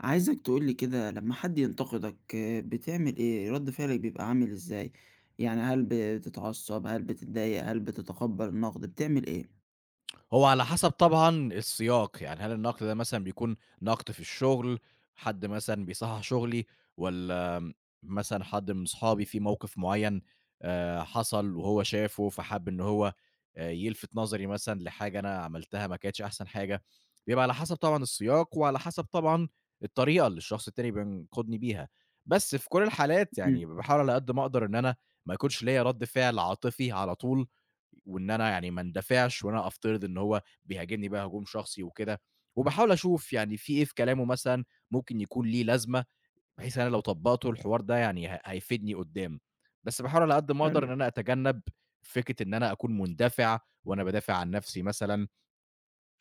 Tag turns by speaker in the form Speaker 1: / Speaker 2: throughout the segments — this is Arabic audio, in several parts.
Speaker 1: عايزك تقول لي كده لما حد ينتقدك بتعمل إيه؟ رد فعلك بيبقى عامل إزاي؟ يعني هل بتتعصب، هل بتتضايق، هل بتتقبل النقد، بتعمل إيه؟
Speaker 2: هو على حسب طبعًا السياق، يعني هل النقد ده مثلًا بيكون نقد في الشغل، حد مثلًا بيصحح شغلي، والّا مثلًا حد من صحابي في موقف معين، حصل وهو شافه فحَب إن هو يلفت نظري مثلًا لحاجة أنا عملتها ما كانتش أحسن حاجة، بيبقى على حسب طبعًا السياق، وعلى حسب طبعًا الطريقة اللي الشخص التاني بينقدني بيها، بس في كل الحالات
Speaker 1: إمم.
Speaker 2: يعني باحاول على قد ما أقدر إن أنا ما يكونش ليّا رد فعل عاطفي على طول، وإن أنا يعني ما اندفعش وأنا أفترض إن هو بيهاجمني بقى هجوم شخصي وكده، وباحاول أشوف يعني في إيه في كلامه مثلًا ممكن يكون ليه لازمة، بحيث أنا لو طبّقته الحوار ده يعني هيفيدني قدّام، بس باحاول على قد ما أقدر إن
Speaker 1: حلو.
Speaker 2: أنا أتجنب فكرة إن أنا أكون مندفع وأنا بادافع عن نفسي مثلًا،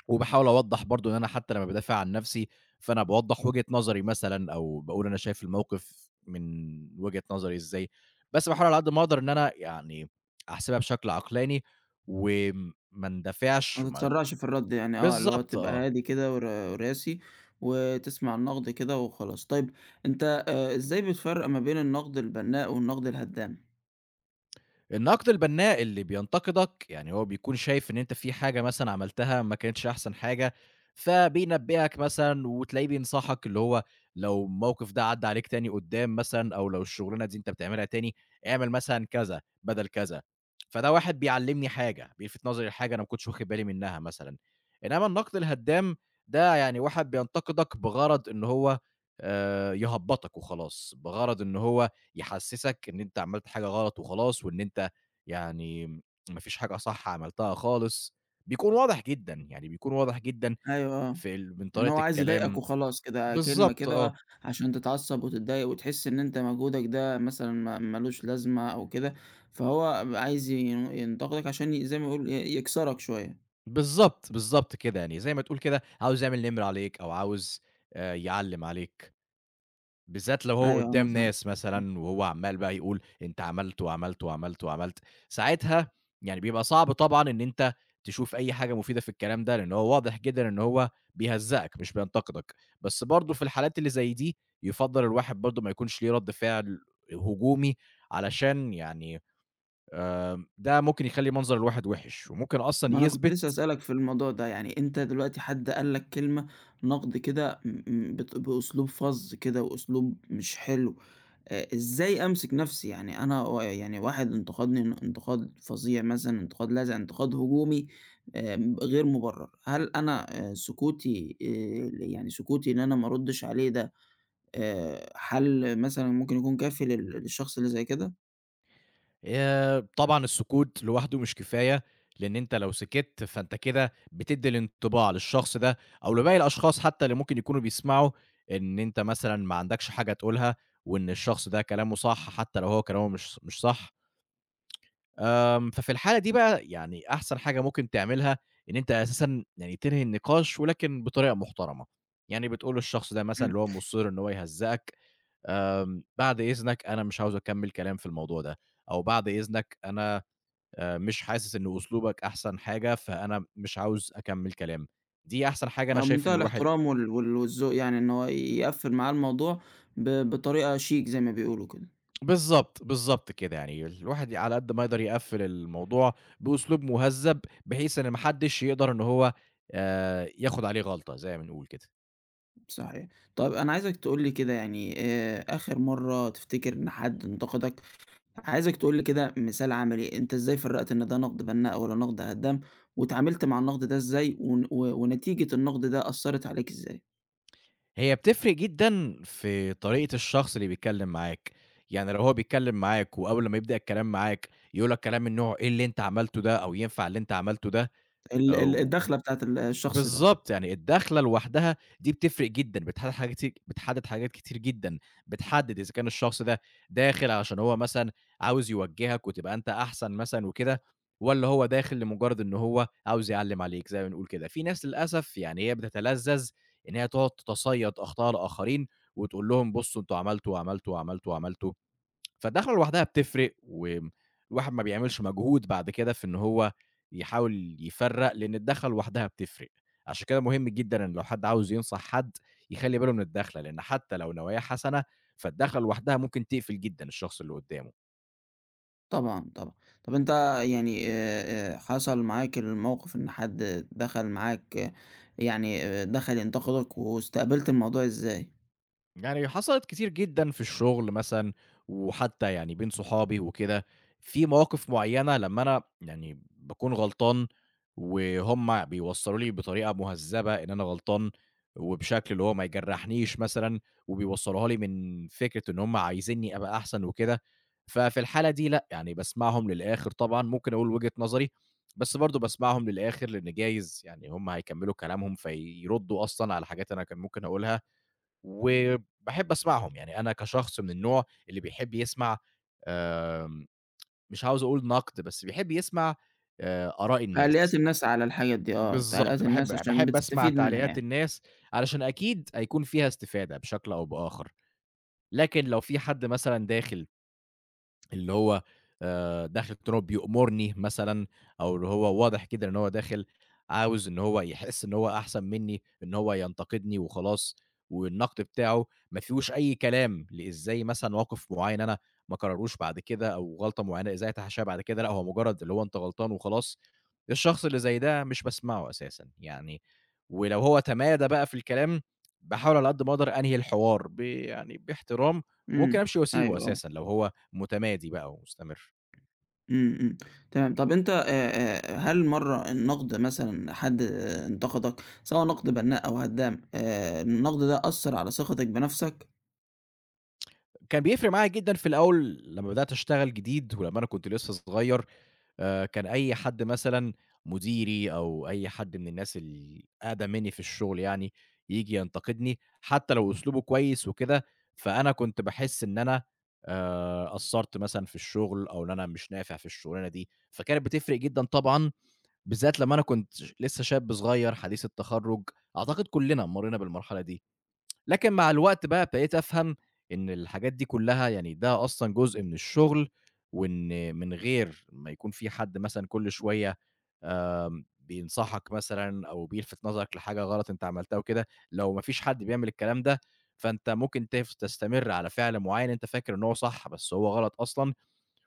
Speaker 2: وباحاول أوضّح برضه إن أنا حتى لمّا بادافع عن نَفْسي، فأنا باوضّح وجهة نظري مثلًا أو باقول أنا شايف الموقف من وجهة نظري إزاي، بس باحاول على قد ما أقدر إن أنا يعني أحسبها بشكل عقلاني وما اندفعش
Speaker 1: ما
Speaker 2: ما
Speaker 1: تتسرعش في الرد يعني آه، اللي هو
Speaker 2: بالضبط
Speaker 1: تبقى
Speaker 2: آه.
Speaker 1: هادي كده ورا وراسي، وتسمع النقد كده وخلاص. طيب، أنت إزاي بتفرّق ما بين النقد البناء والنقد الهدام؟
Speaker 2: النقد البناء اللي بينتقدك، يعني هو بيكون شايف إن أنت في حاجة مثلًا عملتها ما كانتش أحسن حاجة، فبينبهك مثلًا وتلاقيه بينصحك، اللي هو لو الموقف ده عدّى عليك تاني قدّام مثلًا أو لو الشغلانة دي أنت بتعملها تاني، اعمل مثلًا كذا بدل كذا. فده واحد بيعلّمني حاجة، بيلفت نظري لحاجة أنا ما كنتش واخد بالي منها مثلًا. إنما النقد الهدّام ده يعني واحد بينتقدك بغرض إن هو يهبّطك وخلاص، بغرض إن هو يحسّسك إن أنت عملت حاجة غلط وخلاص وإن أنت يعني ما فيش حاجة صح عملتها خالص، بيكون واضح جدًا، يعني بيكون واضح جدًا
Speaker 1: أيوه آه،
Speaker 2: في ال من
Speaker 1: إن هو
Speaker 2: طريقة
Speaker 1: عايز يضايقك
Speaker 2: الكلام.
Speaker 1: وخلاص كده، كلمة
Speaker 2: بالضبط آه،
Speaker 1: كده عشان تتعصب وتتضايق وتحس إن أنت مجهودك ده مثلًا ما مالوش لازمة أو كده، فهو عايز ينتقدك عشان زي ما يقول يكسرك شوية.
Speaker 2: بالضبط، بالضبط كده، يعني زي ما تقول كده عاوز يعمل نمرة عليك أو عاوز يعلّم عليك. بالذات لو هو
Speaker 1: أيوه، أنا
Speaker 2: قدّام
Speaker 1: فاهمك.
Speaker 2: ناس
Speaker 1: إمم.
Speaker 2: مثلًا وهو عمّال بقى يقول أنت عملت، وعملت، وعملت، وعملت، ساعتها يعني بيبقى صعب طبعًا إن أنت تشوف أي حاجة مفيدة في الكلام ده، لإن هو واضح جدًا إن هو بيهزّئك مش بينتقدك، بس برضه في الحالات اللي زي دي يُفضّل الواحد برضه ما يكونش ليه رَد فعل هجومي علشان يعني آآ، ده ممكن يخلّي منظر الواحد وِحِش، وممكن أصلًا
Speaker 1: ما أنا كنت لسه
Speaker 2: يثبت
Speaker 1: هاسألك في الموضوع ده، يعني أنت دلوقتي حد قال لك كلمة نقد كده، م م بت بأسلوب فَظ كده وأسلوب مش حلو. إزاي أمسك نَفْسي؟ يعني أنا يعني واحد انتقدني، إن انتقاد فظيع مثلًا، انتقاد لاذع، انتقاد هجومي غير مُبرّر. هل أنا سكوتي يعني سكوتي إن أنا ما أردّش عليه ده حل مثلًا ممكن يكون كافي للشخص اللي زي كده؟
Speaker 2: طبعًا السكوت لوحده مش كفاية، لإن أنت لو سكِت فأنت كده بتدّي الانطباع للشخص ده أو لباقي الأشخاص حتى اللي ممكن يكونوا بيسمعوا، إن أنت مثلًا ما عندكش حاجة تقولها، وإن الشخص ده كلامه صح حتى لو هو كلامه مش صح. ففي الحالة دي بقى يعني أحسن حاجة ممكن تعملها، إن أنت أساسًا يعني تنهي النقاش ولكن بطريقة محترمة. يعني بتقول للشخص ده مثلًا
Speaker 1: إمم.
Speaker 2: اللي هو مُصِر إن هو يهزّئك، "بعد إذنك أنا مش عاوز أكمّل كلام في الموضوع ده." أو "بعد إذنك أنا مش حاسس إن أسلوبك أحسن حاجة، فأنا مش عاوز أكمّل كلام." دي أحسن حاجة أنا
Speaker 1: مع
Speaker 2: شايف إن
Speaker 1: منتهى
Speaker 2: الواحد.
Speaker 1: الاحترام والذوق، يعني إن هو يقفّل معاه الموضوع بطريقة شيك زي ما بيقولوا كده.
Speaker 2: بالضبط، بالضبط كده. يعني الواحد على قد ما يقدر يقفّل الموضوع بأسلوب مُهذّب، بحيث إن ما حدّش يقدر إن هو ياخُد عليه غلطة زي ما بنقول كده.
Speaker 1: صحيح. طَب، أنا عايزك تقول لي كده يعني آخِر مرّة تفتكر إن حد انتقدك، عايزك تقول لي كده مثال عملي. أنت إزاي فرّقت إن ده نقد بنّاء والّا نقد هدّام، واتعاملت مع النقد ده إزاي، ون و ونتيجة النقد ده أثّرت عليك إزاي؟
Speaker 2: هي بتفرق جدًا في طريقة الشخص اللي بيتكلّم معاك. يعني لو هو بيتكلّم معاك وأول لمّا يبدأ الكلام معاك يقول لك كلام من نوع إيه اللي أنت عملته ده أو ينفع اللي أنت عملته ده
Speaker 1: ال ال
Speaker 2: أو
Speaker 1: الدخلة بتاعة الشخص ده.
Speaker 2: بالضبط، يعني الدخلة لوحدها دي بتفرق جدًا، بتحدد حاجات كتير جدًا، بتحدد إذا كان الشخص ده داخل علشان هو مثلًا عاوز يوجّهك وتبقى أنت أحسن مثلًا وكده، والّا هو داخل لمجرد إن هو عاوز يعلّم عليك زي ما بنقول كده. في ناس للأسف يعني هي بتتلذّذ إن هي تقعد تتصيد أخطاء الآخرين وتقول لهم بُصّوا أنتم عملتوا، وعملتوا، وعملتوا، وعملتوا. فالدخلة لوحدها بتفرق، والواحد ما بيعملش مجهود بعد كده في إن هو يحاول يفرّق، لإن الدخلة لوحدها بتفرق. عشان كده مهم جدًا إن لو حد عاوز ينصح حد، يخلّي باله من الدخلة، لإن حتى لو نواياه حسنة، فالدخلة لوحدها ممكن تقفل جدًا الشخص اللي قدّامه.
Speaker 1: طبعًا، طبعًا. طب، أنت يعني حصل معاك الموقف إن حد دخل معاك آه، يعني دخل ينتقدك واستقبلت الموضوع إزاي؟
Speaker 2: يعني حصلت كتير جدًا في الشغل مثلًا، وحتى يعني بين صحابي وكده، في مواقف معيّنة لمّا أنا يعني باكون غلطان، وهُم بيوصّلوا لي بطريقة مهذّبة إن أنا غلطان، وبشكل اللي هو ما يجرّحنيش مثلًا، وبيوصّلوها لي من فكرة إن هُم عايزينّي أبقى أحسن وكده، ففي الحالة دي لأ، يعني باسمعهم للآخر طبعًا، ممكن أقول وجهة نظري، بس برضه باسمعهم للآخر لإن جايز يعني هُم هيكمّلوا كلامهم فيردّوا أصلًا على حاجات أنا كان ممكن أقولها. وباحب أسمعهم، يعني أنا كشخص من النوع اللي بيحب يسمع، آمم، مش عاوز أقول نقد، بس بيحب يسمع آراء
Speaker 1: تعليقات
Speaker 2: الناس.
Speaker 1: الناس على الحاجات دي آه، تعليقات
Speaker 2: بالضبط، باحب
Speaker 1: الناس عشان
Speaker 2: باحب أسمع
Speaker 1: بتستفيد منها
Speaker 2: تعليقات
Speaker 1: يعني.
Speaker 2: الناس، علشان أكيد هيكون فيها استفادة بشكل أو بآخر. لكن لو في حد مثلًا داخل اللي هو داخل كده إن هو بيأمرني مثلًا أو اللي هو واضح كده إن هو داخل عاوز إن هو يحس إن هو أحسن منّي، إن هو ينتقدني وخلاص، والنقد بتاعه ما فيهوش أي كلام، إزاي مثلًا موقف معيّن أنا ما أكرّروش بعد كده أو غلطة معيّنة إزاي أتحاشاها بعد كده، لأ هو مجرّد اللي هو أنت غلطان وخلاص، الشخص اللي زي ده مش باسمعه أساسًا يعني، ولو هو تمادى بقى في الكلام، باحاول على قد ما أقدر أنهي الحوار يعني باحترام، وممكن
Speaker 1: إمم،
Speaker 2: أمشي وأسيبه
Speaker 1: أيوه، آه.
Speaker 2: أساسًا لو هو متمادي بقى ومستمر.
Speaker 1: إمم، إمم، تمام. طب، أنت هل مرّة النقد مثلًا حد آه، انتقدك سواء نقد بنّاء أو هدّام، النقد ده أثّر على ثقتك بنَفْسك؟
Speaker 2: كان بيفرق معايا جدًا في الأول لمّا بدأت أشتغل جديد ولمّا أنا كنت لسه صغير، كان أي حد مثلًا مديري أو أي حد من الناس الأقدم منّي في الشغل يعني، ييجي ينتقدني حتى لو أسلوبه كويس وكده، فأنا كنت باحس إن أنا قصّرت مثلًا في الشغل أو إن أنا مش نافع في الشغلانة دي، فكانت بتفرق جدًا طبعًا، بالذات لمّا أنا كنت لسه شاب صغير حديث التخرُّج، أعتقد كُلّنا مرّينا بالمرحلة دي. لكن مع الوقت بقى ابتديت أفهم إن الحاجات دي كلّها يعني ده أصلًا جزء من الشغل، وإن من غير ما يكون في حد مثلًا كل شوية آآ بينصحك مثلًا أو بيلفت نظرك لحاجة غلط أنت عملتها وكده، لو ما فيش حد بيعمل الكلام ده، فأنت ممكن تستمر على فعل معيّن أنت فاكر إن هو صح، بس هو غلط أصلًا،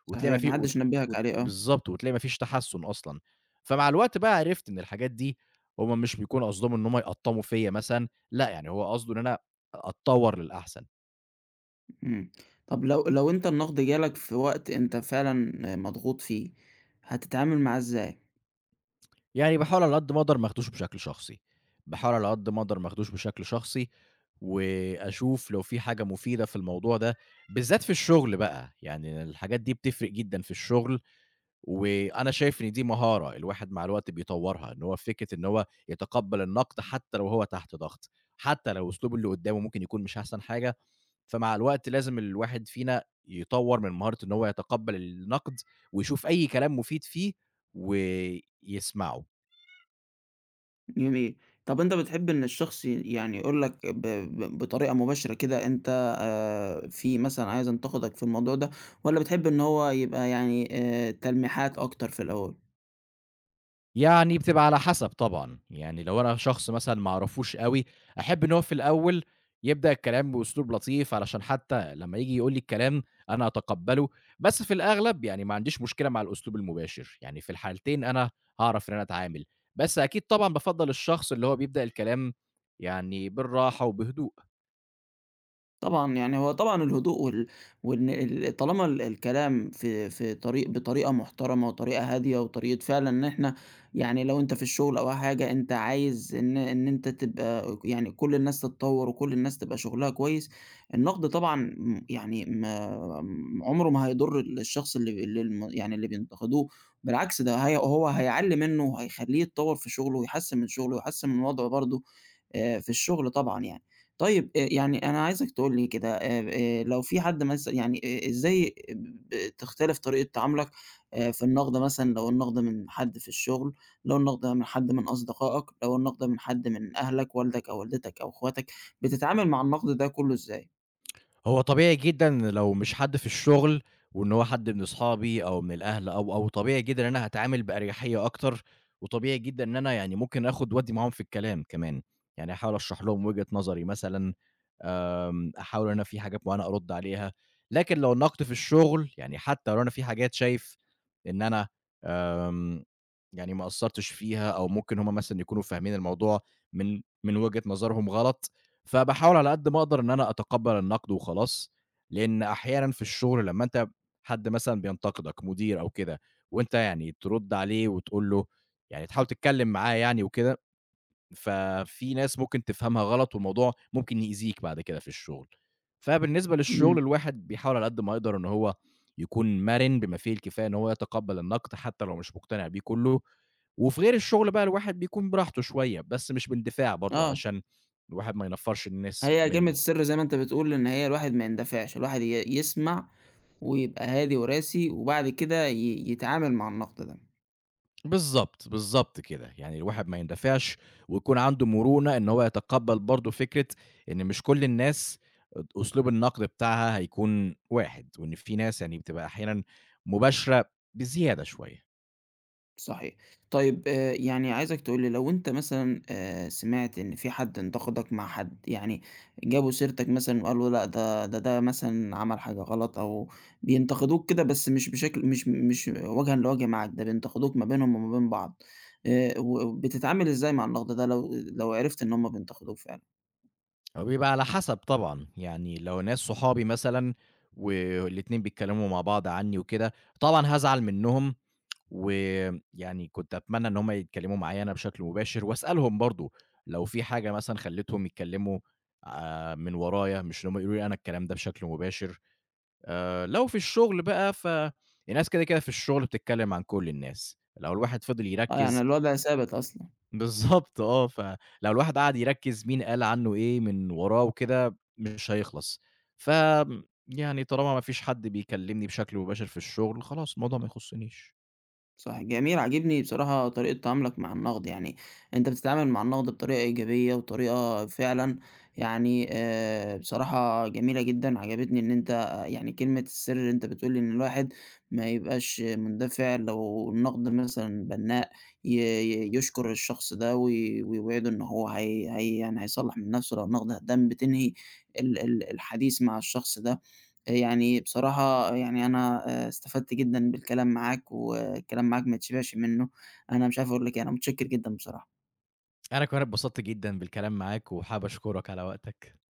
Speaker 2: وتلاقي ما
Speaker 1: صحيح، ما
Speaker 2: في وت
Speaker 1: حدّش نبّهك
Speaker 2: وت
Speaker 1: عليه آه.
Speaker 2: بالضبط، وتلاقي ما فيش تحسُّن أصلًا. فمع الوقت بقى عرفت إن الحاجات دي هم مش بيكونوا قصدهم إن هم يقطّموا فيّا مثلًا، لأ، يعني هو قصده إن أنا أتطوّر للأحسن.
Speaker 1: إمم. طب، لو أنت النقد جالك في وقت أنت فعلًا آه، مضغوط فيه، هتتعامل معاه إزاي؟
Speaker 2: يعني باحاول على قد ما أقدر ما آخدوش بشكل شخصي، باحاول على قد ما أقدر ما آخدوش بشكل شخصي، وأشوف لو في حاجة مفيدة في الموضوع ده، بالذات في الشغل بقى، يعني الحاجات دي بتفرق جدًا في الشغل. وأنا شايف إن دي مهارة الواحد مع الوقت بيطوّرها، إن هو فكرة إن هو يتقبّل النقد حتى لو هو تحت ضغط، حتى لو أسلوب اللي قدّامه ممكن يكون مش أحسن حاجة، فمع الوقت لازم الواحد فينا يطوّر من مهارته إن هو يتقبّل النقد ويشوف أي كلام مفيد فيه ويسمعه.
Speaker 1: يوم إيه؟ طب، أنت بتحب إن الشخص يعني يقول لك ب ب بطريقة مباشرة كده، أنت في مثلًا عايز أنتقدك في الموضوع ده، والّا بتحب إن هو يبقى يعني تلميحات أكتر في الأول؟
Speaker 2: يعني بتبقى على حسب طبعًا، يعني لو أنا شخص مثلًا ما أعرفوش أوي، أحب إن هو في الأول يبدأ الكلام بأسلوب لطيف، علشان حتى لمّا ييجي يقول لي الكلام أنا أتقبّله، بس في الأغلب يعني ما عنديش مشكلة مع الأسلوب المباشر، يعني في الحالتين أنا هاعرف إن أنا أتعامل، بس أكيد طبعًا بافضّل الشخص اللي هو بيبدأ الكلام يعني بالراحة وبهدوء.
Speaker 1: طبعًا، يعني هو طبعًا الهدوء وإن طالما الكلام في طريق بطريقة محترمة وطريقة هادية وطريقة فعلًا، إن إحنا يعني لو أنت في الشغل أو حاجة، أنت عايز إن أنت تبقى يعني كل الناس تتطور، وكل الناس تبقى شغلها كويس. النقد طبعًا م يعني ما م- عمره ما هيضر الشخص اللي اللي الم يعني اللي بينتقدوه. بالعكس، ده هو هيعلّي منه، وهيخلّيه يتطور في شغله، ويحسّن من شغله، ويحسّن من وضعه برضه في الشغل طبعًا يعني. طيب، يعني أنا عايزك تقول لي كده لو في حد مث يعني إزاي بتختلف طريقة تعاملك في النقد مثلًا، لو النقد من حد في الشغل، لو النقد من حد من أصدقائك، لو النقد من حد من أهلك، والدك أو والدتك أو أخواتك، بتتعامل مع النقد ده كلّه إزاي؟
Speaker 2: هو طبيعي جدًا لو مش حد في الشغل، وإن هو حد من أصحابي أو من الأهل أو، أو طبيعي جدًا إن أنا هاتعامل بأريحية أكتر، وطبيعي جدًا إن أنا يعني ممكن آخد وأدّي معاهم في الكلام كمان، يعني هاحاول أشرح لهم وجهة نظري مثلًا. أحاول إن أنا في حاجات معينة أرُدّ عليها، لكن لو النقد في الشغل، يعني حتى لو أنا في حاجات شايف إن أنا آمم، يعني ما قصّرتش فيها أو ممكن هُم مثلًا يكونوا فاهمين الموضوع من وجهة نظرهم غلط، فباحاول على قد ما أقدر إن أنا أتقبّل النقد وخلاص، لإن أحيانًا في الشغل لمّا أنت حد مثلًا بينتقدك، مدير أو كده، وأنت يعني ترُدّ عليه وتقول له يعني تحاول تتكلّم معاه يعني وكده ففي ناس ممكن تفهمها غلط، والموضوع ممكن يأذيك بعد كده في الشغل. فبالنسبة للشغل
Speaker 1: إمم،
Speaker 2: الواحد بيحاول على قد ما يقدر إن هو يكون مَرِن بما فيه الكفاية إن هو يتقبّل النقد حتى لو مش مقتنع بيه كُلّه، وفي غير الشغل بقى الواحد بيكون براحته شوية، بس مش باندفاع برضه
Speaker 1: آه.
Speaker 2: علشان الواحد ما ينفّرش الناس
Speaker 1: هي كلمة
Speaker 2: منّه.
Speaker 1: السر زي ما أنت بتقول، إن هي الواحد ما يندفعش، الواحد يسمع ويبقى هادي وراسي، وبعد كده يتعامل مع النقد ده.
Speaker 2: بالضبط، بالضبط كده، يعني الواحد ما يندفعش ويكون عنده مرونة إن هو يتقبّل برضه فكرة إن مش كل الناس أد أسلوب النقد بتاعها هيكون واحد، وإن في ناس يعني بتبقى أحيانًا مباشرة بزيادة شوية.
Speaker 1: صحيح. طيب، يعني عايزك تقول لي لو أنت مثلًا سمعت إن في حد انتقدك مع حد، يعني جابوا سيرتك مثلًا وقالوا لأ، ده مثلًا عمل حاجة غلط، أو بينتقدوك كده بس مش بشكل مش مش وجهًا لوجه معاك، ده بينتقدوك ما بينهم وما بين بعض، و وبتتعامل إزاي مع النقد ده لو عرفت إن هُم بينتقدوك فعلًا؟
Speaker 2: هو بيبقى على حسب طبعًا، يعني لو ناس صحابي مثلًا والاتنين بيتكلّموا مع بعض عني وكده، طبعًا هازعل منّهم ويعني كنت أتمنى إن هم يتكلموا معايا أنا بشكل مباشر وأسألهم برضه لو في حاجة مثلًا خلّتهم يتكلموا من ورايا، مش إن هم يقولوا لي أنا الكلام ده بشكل مباشر. لو في الشغل بقى فالناس كده، كده في الشغل بتتكلم عن كل الناس، لو الواحد فضل
Speaker 1: آه، يعني
Speaker 2: يركّز
Speaker 1: الوضع ثابت أصلًا.
Speaker 2: بالضبط آه، فلو الواحد قعد يركّز مين قال عنه إيه من وراه وكده، مش هيخلص. ف يعني طالما ما فيش حد بيكلمني بشكل مباشر في الشغل، خلاص الموضوع ما يخصنيش.
Speaker 1: صح، جميل. عاجبني بصراحة طريقة تعاملك مع النقد، يعني أنت بتتعامل مع النقد بطريقة إيجابية وطريقة فعلًا يعني بصراحة جميلة جدًا، عجبتني إن أنت آه، يعني كلمة السر اللي أنت بتقول، إن الواحد ما يبقاش مندفع، لو النقد مثلًا بنّاء ي ي يشكر الشخص ده ويوعده إن هو هي هي يعني هيصلّح من نَفْسه، لو النقد ده بتنهي ال ال الحديث مع الشخص ده. يعني بصراحة يعني أنا استفدت جدًا بالكلام معاك، والكلام معاك ما يتشبعش منّه. أنا مش عارف أقول لك إيه. أنا متشكر جدًا بصراحة.
Speaker 2: أنا كمان اتبسطت جدًا بالكلام معاك، وحابب أشكرك على وقتك.